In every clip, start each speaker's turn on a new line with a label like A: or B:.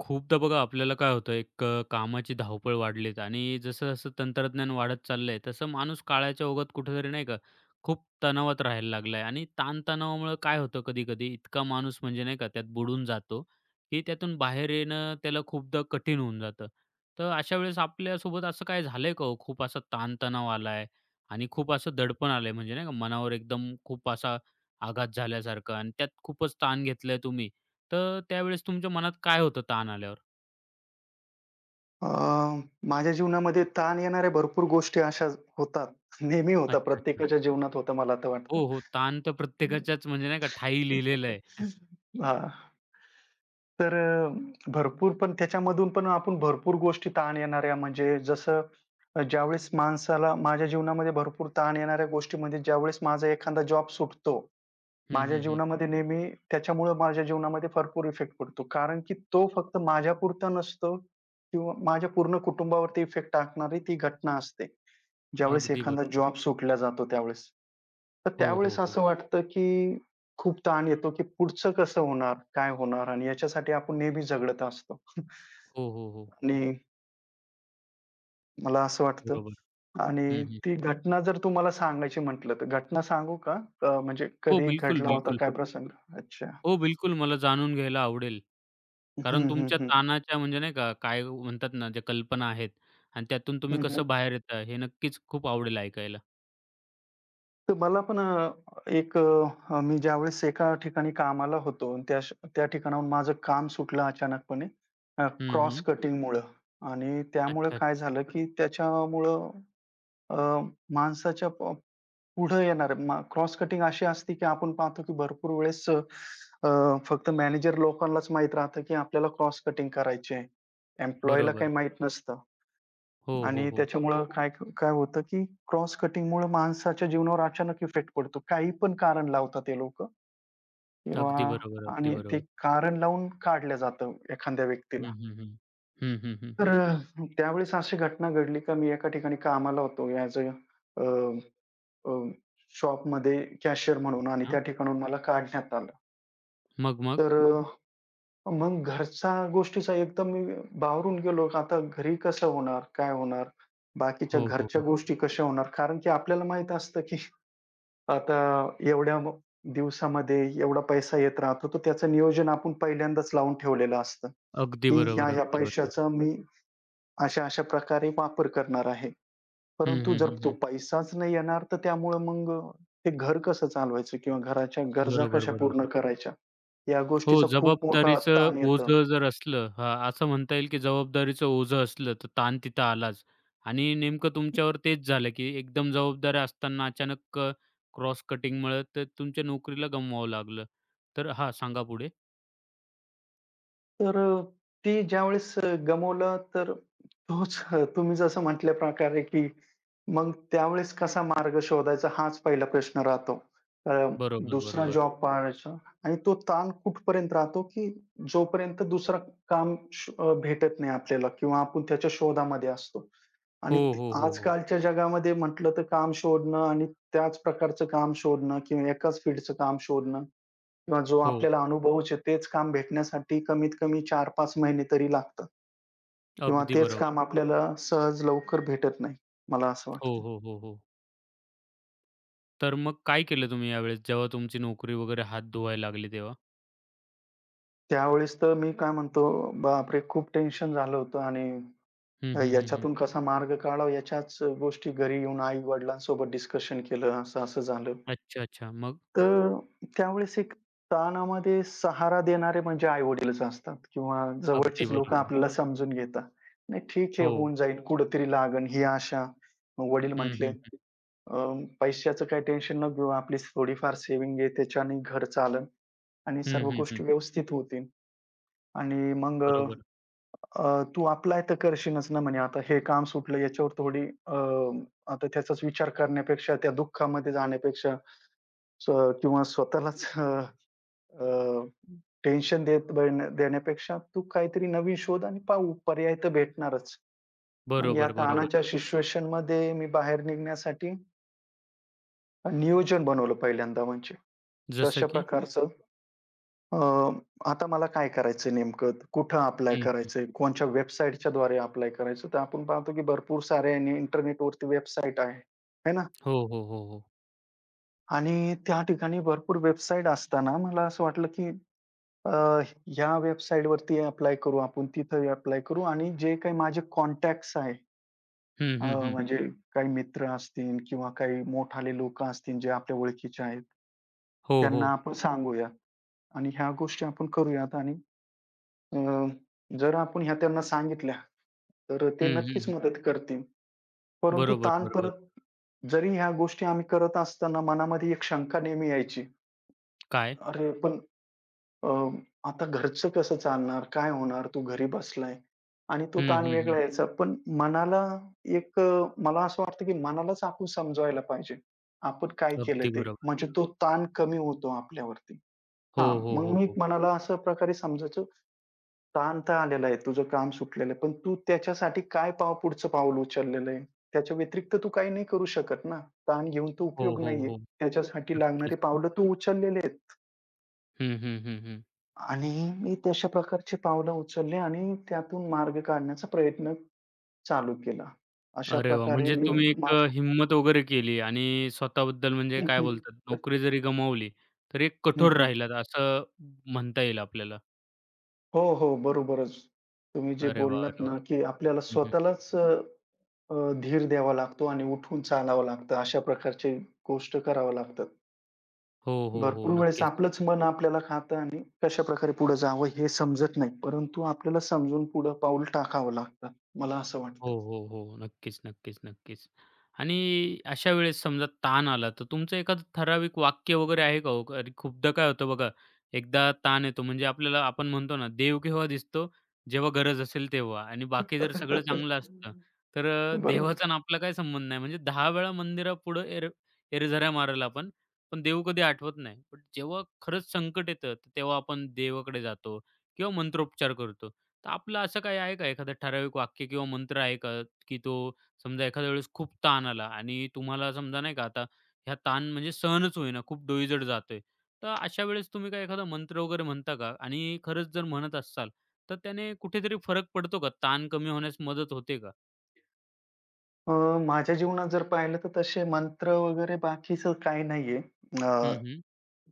A: खूपदा बघा आपल्याला काय होतं एक कामाची धावपळ वाढलीत आणि जसं-जसं तंत्रज्ञान वाढत चाललंय, तसं माणूस काळाच्या ओघात कुठेतरी नाही का, खूप तणावात राहायला लागलाय आणि ताणतणावामुळं काय होतं कधी-कधी इतका माणूस म्हणजे नाही का त्यात बुडून जातो, की त्यातून बाहेर येणं त्याला खूपदा कठीण होऊन जातं. तर अशा वेळेस आपल्यासोबत असं काय झालंय का हो? खूप असा ताणतणाव आलाय आणि खूप असं दडपण आलंय म्हणजे नाही का मनावर एकदम खूप असा आघात झाल्यासारखा आणि त्यात खूपच ताण घेतलाय तुम्ही? तर त्यावेळेस तुमच्या मनात काय होतं ताण आल्यावर?
B: अ, माझ्या जीवनामध्ये ताण येणाऱ्या भरपूर गोष्टी अशा होतात. नेहमी होतात.
A: अच्छा, अच्छा.
B: प्रत्येकाच्या जीवनात होतं मला तर
A: हो,
B: वाटतं.
A: हो. ताण तर प्रत्येकाच्याच म्हणजे नाही का ठायी लिहिलेलं आहे.
B: हां. तर भरपूर पण त्याच्यामधून पण आपण भरपूर गोष्टी ताण येणाऱ्या म्हणजे जसं ज्यावेळेस माणसाला माझ्या जीवनामध्ये भरपूर ताण येणाऱ्या गोष्टी म्हणजे ज्यावेळेस माझा एखादा जॉब सुटतो.
A: हं,
B: माझ्या
A: हं, हं.
B: जीवनामध्ये नेहमी त्याच्यामुळं माझ्या जीवनामध्ये भरपूर इफेक्ट पडतो. कारण की तो फक्त माझ्यापुरता नसतो किंवा माझ्या पूर्ण कुटुंबावरती इफेक्ट टाकणारी ती घटना असते. ज्यावेळेस
A: अगदी
B: एखादा
A: बरोबर.
B: जॉब सुटला जातो त्यावेळेस. तर
A: हो,
B: त्यावेळेस
A: हो, हो.
B: असं वाटतं, की खूप ताण येतो, की पुढचं कसं होणार? काय होणार? आणि याच्यासाठी आपण नेहमी झगडत असतो.
A: हो, हो, हो.
B: आणि मला असं वाटतं
A: बरोबर.
B: आणि
A: हं, हं.
B: ती घटना जर तुम्हाला सांगायची म्हटलं तर घटना सांगू का? म्हणजे
A: हो,
B: कधी
A: बिलकुल,
B: घडला होता
A: बिलकुल.
B: काय प्रसंग? अच्छा.
A: हो, बिलकुल मला जाणून घ्यायला आवडेल. कारण
B: हं, हं,
A: तुमच्या
B: हं.
A: ताणाच्या म्हणजे नाही का काय म्हणतात ना, ज्या कल्पना आहेत आणि त्यातून तुम्ही
B: हं, हं.
A: कसं बाहेर येता हे नक्कीच खूप आवडेल ऐकायला.
B: तर मला पण एक मी ज्यावेळेस एका ठिकाणी कामाला होतो आणि त्या ठिकाणाहून माझं काम सुटलं अचानकपणे,
A: हं,
B: क्रॉस
A: हं.
B: कटिंगमुळं. आणि त्यामुळं
A: अच्छा, अच्छा.
B: काय झालं, की त्याच्यामुळं अ, माणसाच्या प पुढं येणारे मा क्रॉस कटिंग अशी असते, की आपण पाहतो, की भरपूर वेळेस अ, फक्त मॅनेजर लोकांनाच माहीत राहतं, की आपल्याला क्रॉस कटिंग करायची आहे. एम्प्लॉयीला
A: बरोबर.
B: काही माहीत नसतं.
A: हो, हो,
B: आणि
A: हो.
B: त्याच्यामुळं काय काय होतं, की क्रॉस कटिंगमुळे माणसाच्या जीवनावर अचानक इफेक्ट पडतो. काही पण कारण लावतात ते लोकं किंवा,
A: अगदी बरोबर, अगदी
B: आणि ते
A: बरोबर.
B: कारण लावून काढलं जातं एखाद्या व्यक्तीला.
A: हं, हं, हं. हं, हं, हं,
B: तर
A: हं.
B: त्यावेळेस अशी घटना घडली, का मी एका ठिकाणी कामाला होतो ॲज अ, अ, अ, शॉपमध्ये कॅशियर म्हणून आणि
A: हां.
B: त्या ठिकाणाहून मला काढण्यात आलं.
A: मग, मग?
B: तर अ, मग घरच्या गोष्टीचा एकदम मी बाहेरून गेलो. आता घरी कसं होणार? काय होणार? बाकीच्या
A: हो, हो,
B: घरच्या,
A: हो.
B: हो, गोष्टी कशा होणार? कारण की आपल्याला माहीत असतं, की आता एवढ्या दिवसामध्ये एवढा पैसा येत राहतो, तर त्याचं नियोजन आपण पहिल्यांदाच लावून ठेवलेलं असतं,
A: अगदी
B: की
A: बरोबर,
B: ह्या-ह्या
A: अगदी बरोबर.
B: पैशाचा मी अशा-अशा प्रकारे वापर करणार आहे.
A: हं,
B: परंतु
A: हं,
B: जर
A: हं,
B: तो
A: हं.
B: पैसाच नाही येणार, तर त्यामुळं मग ते घर कसं चालवायचं किंवा घराच्या गरजा
A: बरोबर,
B: कशा पूर्ण
A: बरोबर.
B: करायच्या? या
A: हो,
B: गोष्टीचा खूप मोठा
A: जबाबदारीचं
B: ताण येतो.
A: ओझं जर असलं हां, असं म्हणता येईल की जबाबदारीचं ओझं असलं, तर ताण तिथं आलाच. आणि नेमकं तुमच्यावर तेच झालं की एकदम जबाबदाऱ्या असताना अचानक क्रॉस कटिंगमुळे तर तुमच्या नोकरीला गमवावं लागलं. तर हां, सांगा पुढे.
B: तर ते ज्यावेळेस गमावलं, तर तोच, तुम्ही जसं म्हटल्या प्रकारे, की मग त्यावेळेस कसा मार्ग शोधायचा, हाच पहिला प्रश्न राहतो. अ,
A: बरोबर,
B: दुसरा
A: बरोबर.
B: जॉब, बरोबर, पाहायचा. आणि तो ताण कुठपर्यंत राहतो, की जोपर्यंत दुसरं काम भेटत नाही आपल्याला किंवा आपण त्याच्या शोधामध्ये असतो.
A: हो,
B: आणि ते,
A: हो,
B: हो,
A: हो, हो.
B: आजकालच्या जगामध्ये म्हटलं तर काम शोधणं आणि त्याच प्रकारचं काम शोधणं किंवा एकाच फील्डचं काम शोधणं किंवा जो
A: हो,
B: आपल्याला अनुभवच आहे, तेच काम भेटण्यासाठी कमीत कमी 4 5 महिने तरी लागतात किंवा
A: अगदी
B: तेच काम
A: बरोबर.
B: आपल्याला सहज लवकर भेटत नाही, मला असं
A: हो,
B: वाटतं.
A: हो, हो, हो. तर मग काय केलं तुम्ही यावेळेस, जेव्हा तुमची नोकरी वगैरे हात धुवायला लागली तेव्हा?
B: त्यावेळेस तर मी काय म्हणतो, बापरे! खूप टेन्शन झालं होतं. आणि
A: हं, हं, हं, हं.
B: याच्यातून कसा मार्ग काढावा, याच्याच गोष्टी घरी येऊन आई-वडिलांसोबत डिस्कशन केलं, असं-असं झालं.
A: अच्छा, अच्छा. मग?
B: तर त्यावेळेस एक, ताणामध्ये सहारा देणारे म्हणजे आई-वडीलच असतात किंवा
A: अगदी
B: जवळचीच लोकं
A: बरोबर.
B: आपल्याला समजून घेतात. "नाही, ठीक आहे,
A: हो.
B: होऊन जाईल, कुठेतरी लागेल," ही आशा. मग वडील
A: हं,
B: म्हटले,
A: हं, हं.
B: पैशाचं काही टेन्शन नको घेऊ. आपली थोडीफार सेव्हिंग आहे, त्याच्याने घर चालन आणि
A: हं,
B: सर्व
A: हं, हं.
B: गोष्टी व्यवस्थित होतील. आणि मग
A: बरोबर.
B: तू अप्लाय तर करशीलच ना," म्हणे, "आता हे काम सुटलं, याच्यावर थोडी अ, आता त्याचाच विचार करण्यापेक्षा, त्या दुःखामध्ये जाण्यापेक्षा, स किंवा स्वतःलाच अ, टेन्शन देत देण्यापेक्षा तू काहीतरी नवीन शोध आणि पाहू, पर्याय तर भेटणारच. मग या
A: बरोबर, बरोबर.
B: ताणाच्या, बरोबर, सिच्युएशनमध्ये मी बाहेर निघण्यासाठी नियोजन बनवलं पहिल्यांदा. म्हणजे
A: जसं
B: कशा, हं,
A: की?
B: प्रकारचं, अ, आता मला काय करायचं नेमकं? कुठं अप्लाय
A: हं, हं.
B: करायचंय? कोणच्या वेबसाईटच्या द्वारे अप्लाय करायचं? तर आपण पाहतो, की भरपूर साऱ्या इंटरनेटवरती वेबसाईट आहे. आहे ना?
A: हो, हो, हो, हो.
B: आणि त्या ठिकाणी भरपूर वेबसाईट असताना मला असं वाटलं, की ह्या वेबसाईटवरती अप्लाय करू आपण, तिथं अप्लाय करू, आणि जे काही माझे कॉन्टॅक्ट्स आहे,
A: हं, हं, हं.
B: म्हणजे काही मित्र असतील किंवा काही मोठाले लोकं असतील जे आपल्या ओळखीचे आहेत,
A: हो,
B: त्यांना
A: हो.
B: आपण सांगूया आणि ह्या गोष्टी आपण करूयात. आणि अ, जर आपण ह्या त्यांना सांगितल्या, तर ते
A: हं, हं,
B: नक्कीच
A: हं.
B: मदत करतील. परंतु
A: बरोबर,
B: ताण
A: बरोबर.
B: परत जरी ह्या गोष्टी आम्ही करत असताना मनामध्ये एक शंका नेहमी यायची.
A: काय?
B: अरे, पण अ, आता घरचं कसं चालणार? काय होणार? तू घरी बसलाय, आणि तो
A: हं,
B: ताण
A: हं, हं.
B: वेगळा यायचा. पण मनाला एक, मला असं वाटतं, की मनालाच आपण समजवायला पाहिजे. आपण काय केलं
A: अगदी
B: ते,
A: बरोबर.
B: म्हणजे तो ताण कमी होतो आपल्यावरती.
A: हो,
B: हां,
A: हो,
B: मग
A: हो,
B: मी
A: हो.
B: मनाला अशा प्रकारे समजायचो, ताण तर आलेला आहे, तुझं काम सुटलेलं आहे. पण तू त्याच्यासाठी काय पुढचं पाऊल उचललेलं आहे? त्याच्या व्यतिरिक्त तू काही नाही करू शकत ना. ताण घेऊन तर
A: हो,
B: उपयोग
A: हो,
B: नाहीये.
A: हो.
B: त्याच्यासाठी लागणारी
A: नक्कीच.
B: पावलं तू उचललेली आहेत.
A: हं, हं, हं, हं.
B: आणि मी तशा प्रकारची पावलं उचलली आणि त्यातून मार्ग काढण्याचा प्रयत्न चालू केला. अशा
A: अरे वाह!
B: प्रकारे
A: म्हणजे
B: मी
A: तुम्ही एक हिंमत वगैरे केली आणि स्वतःबद्दल म्हणजे काय
B: माझ्या
A: बोलतात, नोकरी जरी गमावली, तरी एक
B: हं,
A: कठोर
B: हं.
A: राहिलात असं म्हणता येईल आपल्याला.
B: हो, हो. बरोबरच. तुम्ही जे
A: अरे वाह!
B: बोललात
A: अरे वाह!
B: ना, की आपल्याला
A: हं, हं.
B: स्वतःलाच अ, अ, धीर द्यावा लागतो आणि उठून चालावं लागतं. अशा प्रकारची गोष्ट कराव्या लागतात.
A: हो, हो, हो.
B: भरपूर वेळेस
A: नक्कीच.
B: आपलंच मन आपल्याला खातं आणि कशाप्रकारे पुढे जावं हे समजत नाही. परंतु आपल्याला समजून पुढं पाऊल टाकावं लागतं. मला असं
A: हो,
B: वाटतं.
A: हो, हो. नक्कीच, नक्कीच, नक्कीच. आणि अशा वेळेस समजा ताण आला, तर तुमचं एखादं ठराविक वाक्य वगैरे आहे का हो? कारण खूपदा काय होतं बघा, एकदा ताण येतो म्हणजे आपल्याला आपण म्हणतो ना, देव केव्हा दिसतो? जेव्हा गरज असेल तेव्हा आणि बाकी जर सगळं चांगलं असतं, तर देवाचा
B: बरोबर.
A: आणि आपला काय संबंध नाही. म्हणजे 10 वेळा मंदिरापुढं एरझऱ्या मारेल आपण, पण देव कधी आठवत नाही. पण जेव्हा खरंच संकट येतं, तर तेव्हा आपण देवाकडे जातो किंवा मंत्रोपचार करतो. तर आपलं असं काही आहे का एखादं ठराविक वाक्य किंवा मंत्र आहे का, की तो समजा एखाद्या वेळेस खूप ताण आला आणि तुम्हाला समजा नाही का आता ह्या ताण म्हणजे सहनच होईना, खूप डोईजड जातोय. तर अशा वेळेस तुम्ही काय एखादा मंत्र वगैरे म्हणता का? आणि खरंच जर म्हणत असाल, तर त्याने कुठेतरी फरक पडतो का? ताण कमी होण्यास मदत होते का?
B: अ, माझ्या जीवनात जर पाहिलं तर तसे मंत्र वगैरे बाकीचं काही नाहीये. अ,
A: हं, हं.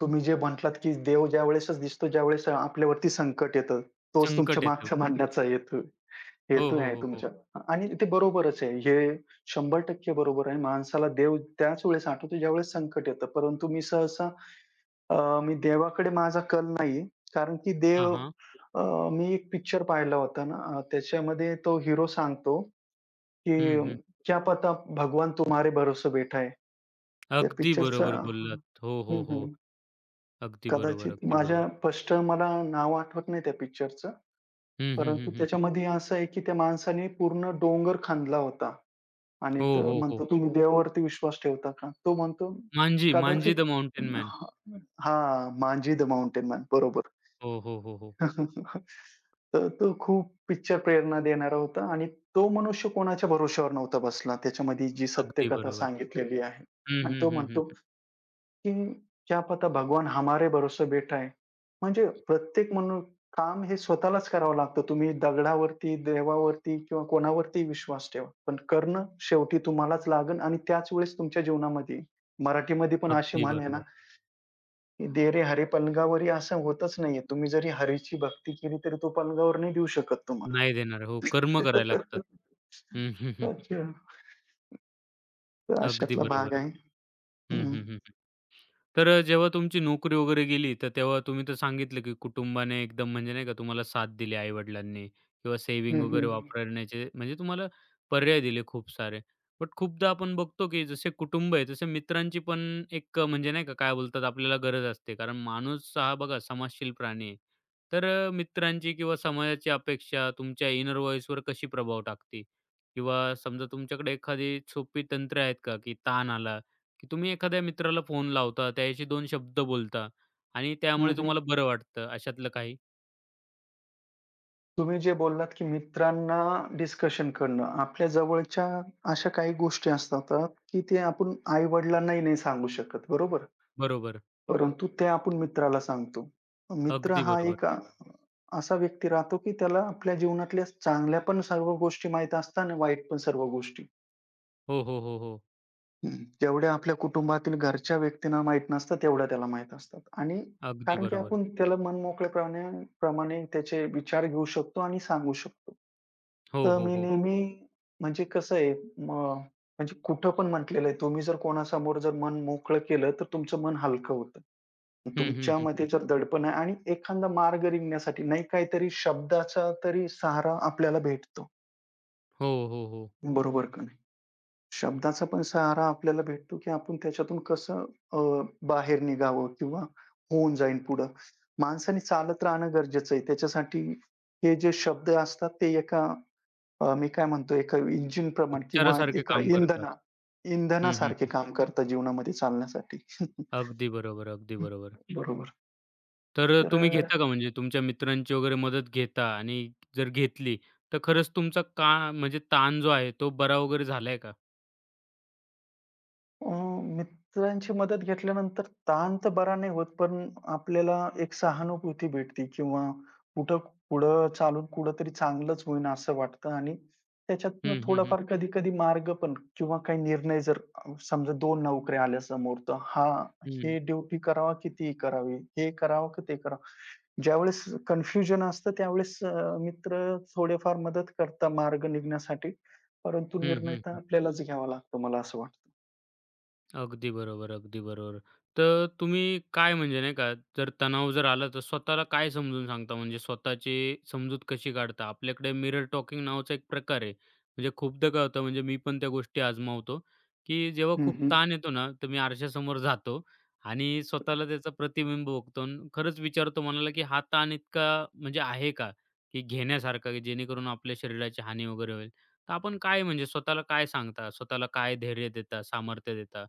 B: तुम्ही जे म्हटलात, की देव ज्यावेळेसच दिसतो, ज्यावेळेस आपल्यावरती संकट येतं, तोच तुमच्या
A: संकट येतं.
B: मागचा मांडण्याचा हेतू
A: हो,
B: हेतू
A: हो,
B: आहे
A: हो, हो.
B: तुमच्या. आणि ते बरोबरच आहे. हे 100% बरोबर आहे. माणसाला देव त्याच वेळेस आठवतो, ज्यावेळेस संकट येतं. परंतु मी अ, मी देवाकडे माझा कल नाहीये. कारण की
A: हां,
B: देव,
A: हां.
B: अ, मी एक पिक्चर पाहिला होता ना, त्याच्यामध्ये तो हीरो सांगतो, कि
A: हं, हं.
B: क्या पता भगवान तुम्हारे भरोसे बैठा है. त्या
A: अगदी
B: पिक्चरचा,
A: बरोबर
B: बरोबर, हां.
A: बोललात. हो, हो,
B: हं,
A: हो.
B: हं.
A: अगदी बरोबर,
B: कदाचित, किंवा
A: अगदी बरोबर.
B: माझ्या स्पष्ट मला नाव आठवत नाही त्या पिक्चरचं.
A: हं, हं,
B: परंतु
A: हं, हं.
B: त्याच्यामध्ये असं आहे, की त्या माणसाने पूर्ण डोंगर खांदला होता आणि
A: हो,
B: तो
A: हो, हो.
B: म्हणतो, "तुम्ही, हो, देवावरती विश्वास ठेवता का?" तो म्हणतो,
A: मांजी, मांजी द
B: "कदाचित."
A: Mountain man.
B: हां, "मांजी द माउंटेन मॅन." बरोबर.
A: हो, हो, हो, हो.
B: तर तो खूप पिक्चर प्रेरणा देणारा होता आणि तो मनुष्य कोणाच्या भरोश्यावर नव्हता बसला. त्याच्यामध्ये जी
A: अगदी
B: सत्यकथा
A: बरोबर.
B: सांगितलेली आहे,
A: हं,
B: आणि
A: हं,
B: तो
A: हं, हं,
B: म्हणतो,
A: हं.
B: की "क्या पता भगवान हमारे भरोसे बेटा है." म्हणजे प्रत्येक मनु काम हे स्वतःलाच करावं लागतं. तुम्ही दगडावरती, देवावरती किंवा कोणावरती विश्वास ठेवा. पण करणं शेवटी तुम्हालाच लागेल आणि त्याच वेळेस तुमच्या जीवनामध्ये येईल. मराठीमध्ये पण अशी
A: अगदी
B: म्हण आहे ना,
A: बरोबर.
B: दे रे हरी पलंगावरी, असं होतच नाहीये. तुम्ही जरी हरीची भक्ती केली तरी तो पलंगावर नाही देऊ शकत
A: नाही देणार. हो,
B: तुम्हाला.
A: कर्म करायला लागतात. हं, हं, हं.
B: अच्छा. तर
A: अगदी
B: अशातला
A: बरोबर.
B: भाग आहे.
A: हं,
B: हं.
A: हं, हं. तर जेव्हा तुमची नोकरी वगैरे गेली, तर तेव्हा तुम्ही तर सांगितलं, की कुटुंबाने एकदम म्हणजे नाही का तुम्हाला साथ दिली आई-वडिलांनी किंवा सेव्हिंग
B: हं,
A: वगैरे
B: हं.
A: वापरण्याचे म्हणजे तुम्हाला पर्याय दिले खूप सारे. बट खूपदा आपण बघतो, की जसे कुटुंब आहे, तसे मित्रांची पण एक म्हणजे नाही का काय बोलतात आपल्याला गरज असते. कारण माणूस हा बघा समाजशील प्राणी आहे. तर मित्रांची किंवा समाजाची अपेक्षा तुमच्या इनर व्हॉइसवर कशी प्रभाव टाकते? किंवा समजा तुमच्याकडे एखादी सोपी तंत्र आहेत का, की ताण आला की तुम्ही एखाद्या मित्राला फोन लावता, त्याच्याशी 2 शब्द बोलता आणि
B: हं,
A: त्यामुळे
B: हं.
A: तुम्हाला बरं वाटतं अशातलं काही.
B: तुम्ही जे बोललात, की मित्रांना डिस्कशन करणं. आपल्या जवळच्या अशा काही गोष्टी असतात, की ते आपण आई-वडिलांनाही नाही सांगू शकत, बरोबर?
A: बरोबर.
B: परंतु ते आपण मित्राला सांगतो. मित्र
A: अगदी
B: हा
A: बरोबर.
B: एक असा व्यक्ती राहतो, की त्याला आपल्या जीवनातल्या चांगल्या पण सर्व गोष्टी माहीत असतात आणि वाईट पण सर्व गोष्टी.
A: हो, हो, हो, हो.
B: हं. जेवढ्या आपल्या कुटुंबातील घरच्या व्यक्तींना माहीत नसतं, तेवढ्या त्याला माहीत असतात, आणि
A: अगदी
B: कारण की
A: बरोबर.
B: आपण त्याला मनमोकळेपणे प्रमाणे त्याचे विचार घेऊ शकतो आणि सांगू शकतो.
A: हो,
B: तर
A: हो,
B: मी, हो,
A: हो.
B: नेहमी, म्हणजे कसं आहे मग म्हणजे कुठं पण म्हटलेलं आहे, तुम्ही जर कोणासमोर जर मन मोकळं केलं, तर तुमचं मन हलकं होतं.
A: हं, हं, हं,
B: तुमच्यामध्ये
A: हं.
B: जर, बरोबर, दडपण आहे आणि एखादा मार्ग निघण्यासाठी नाही, काहीतरी शब्दाचा तरी सहारा आपल्याला भेटतो.
A: हो, हो, हो.
B: बरोबर का? शब्दाचा पण सहारा आपल्याला भेटतो, की आपण त्याच्यातून कसं अ, बाहेर निघावं किंवा होऊन जाईल पुढं. माणसाने चालत राहणं गरजेचं आहे. त्याच्यासाठी हे जे शब्द असतात ते एका, मी काय म्हणतो, एका इंजिनप्रमाणे किंवा
A: उपचारासारखे
B: एका
A: काम करतात. हं, हं,
B: इंधनासारखे
A: हं.
B: काम करतात जीवनामध्ये चालण्यासाठी.
A: अगदी बरोबर, अगदी बरोबर.
B: बरोबर.
A: तर तुम्ही
B: तर
A: घेता का म्हणजे तुमच्या मित्रांची वगैरे मदत घेता आणि जर घेतली, तर खरंच तुमचा का म्हणजे ताण जो आहे तो बरा वगैरे झालाय का?
B: अ, मित्रांची मदत घेतल्यानंतर ताण तर बरा नाही होत, पण आपल्याला एक सहानुभूती भेटते किंवा कुठं पुढं चालून कुठेतरी चांगलंच होईन असं वाटतं आणि त्याच्यातनं
A: हं, हं, हं.
B: थोडाफार कधी-कधी मार्ग पण किंवा काही निर्णय जर, समजा 2 नोकऱ्या आल्या समोर, तर
A: हं.
B: हे ड्युटी करावा की ती करावी? हे करावं की ते करावं? ज्यावेळेस कन्फ्युजन असतं त्यावेळेस मित्र थोडेफार मदत करतात मार्ग निघण्यासाठी, परंतु
A: हं,
B: निर्णय तर
A: हं,
B: आपल्यालाच घ्यावा लागतो, मला असं वाटतं.
A: अगदी बरोबर, अगदी बरोबर. तर तुम्ही काय म्हणजे नाही का, जर तणाव जर आला तर स्वतःला काय समजून सांगता? म्हणजे स्वतःची समजूत कशी काढता? आपल्याकडे मिरर टॉकिंग नावाचा एक प्रकार आहे. म्हणजे खूपदा काय होतं म्हणजे मी पण त्या गोष्टी आजमावतो, की जेव्हा
B: हं,
A: खूप
B: हं.
A: ताण येतो ना, तर मी आरशासमोर जातो आणि स्वतःला त्याचा प्रतिबिंब बघतो आणि खरंच विचारतो मनाला, की हा ताण इतका म्हणजे आहे का? की घेण्यासारखा की जेणेकरून आपल्या शरीराची हानी वगैरे होईल. तर आपण काय म्हणजे स्वतःला काय सांगता? स्वतःला काय धैर्य देता, सामर्थ्य देता?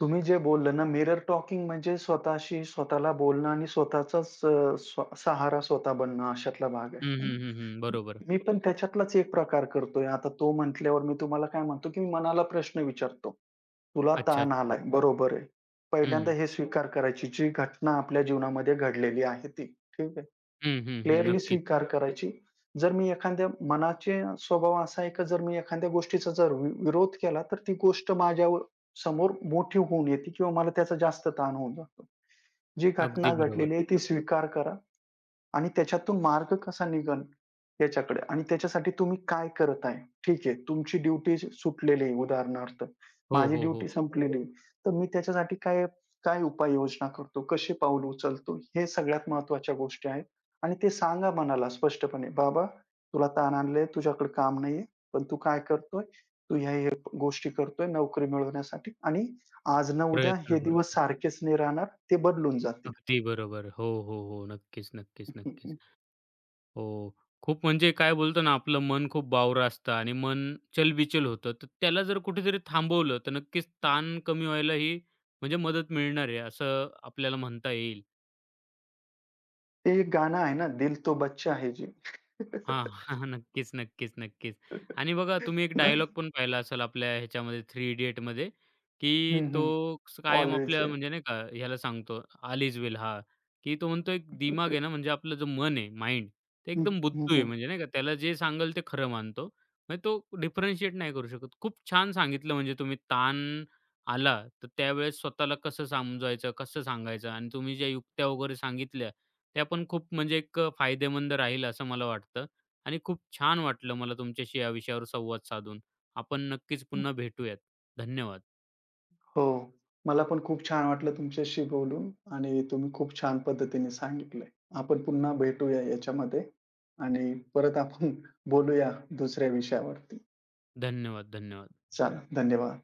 B: तुम्ही जे बोलले ना, मिरर टॉकिंग, म्हणजे स्वतःशी स्वतःला बोलणं आणि स्वतःचाच अ, स्व सहारा स्वतः बनणं, अशातला भाग आहे,
A: हं,
B: है
A: हं, हं, हं.
B: ना?
A: बरोबर.
B: मी पण त्याच्यातलाच एक प्रकार करतोय. आता तो म्हटल्यावर मी तुम्हाला काय म्हणतो, की मी मनाला प्रश्न विचारतो, "तुला
A: अच्छा,
B: ताण
A: अच्छा.
B: आलाय, बरोबर आहे." पहिल्यांदा
A: हं.
B: हे स्वीकार करायची, जी घटना आपल्या जीवनामध्ये घडलेली आहे ती, ठीक आहे?
A: हं, हं, हं.
B: क्लिअरली
A: नक्कीच.
B: स्वीकार करायची. जर मी एखाद्या मनाचे स्वभाव असा आहे, की जर मी एखाद्या गोष्टीचा जर विरोध केला, तर ती गोष्ट माझ्यावर समोर मोठी होऊन येते किंवा मला त्याचा जास्त ताण होऊन जातो. जी
A: अगदी
B: घटना घडलेली
A: बरोबर.
B: आहे ती स्वीकार करा आणि त्याच्यातून मार्ग कसा निघेल याच्याकडे, आणि त्याच्यासाठी तुम्ही काय करत आहे? ठीक आहे, तुमची ड्युटी सुटलेली आहे उदाहरणार्थ.
A: हो,
B: माझी
A: हो, हो.
B: ड्युटी संपलेली आहे. तर मी त्याच्यासाठी काय काय उपाययोजना करतो? कसे पाऊल उचलतो? हे सगळ्यात महत्त्वाच्या गोष्टी आहेत, आणि ते सांगा मनाला स्पष्टपणे, "बाबा, तुला ताण आणलंय, तुझ्याकडे काम नाहीये, पण तू काय करतोय? तू ह्या-ह्या गोष्टी करतोय नोकरी मिळवण्यासाठी, आणि आज ना उद्या
A: प्रयत्न
B: हे दिवस
A: करतो.
B: सारखेच नाही राहणार, ते बदलून जातील."
A: अगदी बरोबर. हो, हो, हो. नक्कीच, नक्कीच, नक्कीच. हो. खूप म्हणजे काय बोलतो ना, आपलं मन खूप बावरं असतं आणि मन चलबिचल होतं. तर त्याला जर कुठेतरी थांबवलं, तर नक्कीच ताण कमी व्हायलाही म्हणजे मदत मिळणार आहे, असं आपल्याला म्हणता येईल.
B: ते एक गाणं आहे ना, दिल तो बच्चा है जी.
A: हां. नक्कीच, नक्कीच, नक्कीच. आणि बघा तुम्ही एक
B: ना?
A: डायलॉग पण पाहिला असेल आपल्या ह्याच्यामध्ये थ्री इडियटमध्ये, की
B: हं,
A: तो
B: हं.
A: कायम
B: ऑलवेज
A: आपल्या
B: वेल.
A: म्हणजे नाही का ह्याला सांगतो ऑल वेल हां, की तो म्हणतो एक दिमाग आहे ना म्हणजे आपलं जे मन आहे, माइंड ते
B: हं,
A: एकदम
B: हं,
A: बुद्धू आहे
B: हं.
A: म्हणजे नाही का त्याला जे सांगेल ते खरं मानतो. म्हणजे तो डिफरन्शिएट नाही करू शकत. खूप छान सांगितलं म्हणजे तुम्ही ताण आला तर त्यावेळेस स्वतःला कसं समजवायचं, कसं सांगायचं आणि तुम्ही ज्या युक्त्या वगैरे सांगितल्या त्या पण खूप म्हणजे एक फायदेमंद राहील असं मला वाटतं. आणि खूप छान वाटलं मला तुमच्याशी या विषयावर संवाद साधून. आपण नक्कीच पुन्हा भेटूयात. धन्यवाद,
B: हो. मला पण खूप छान वाटलं तुमच्याशी बोलून, आणि तुम्ही खूप छान पद्धतीने सांगितलं. आपण पुन्हा भेटूया याच्यामध्ये आणि परत आपण बोलूया दुसऱ्या विषयावरती.
A: धन्यवाद, धन्यवाद.
B: चला, धन्यवाद.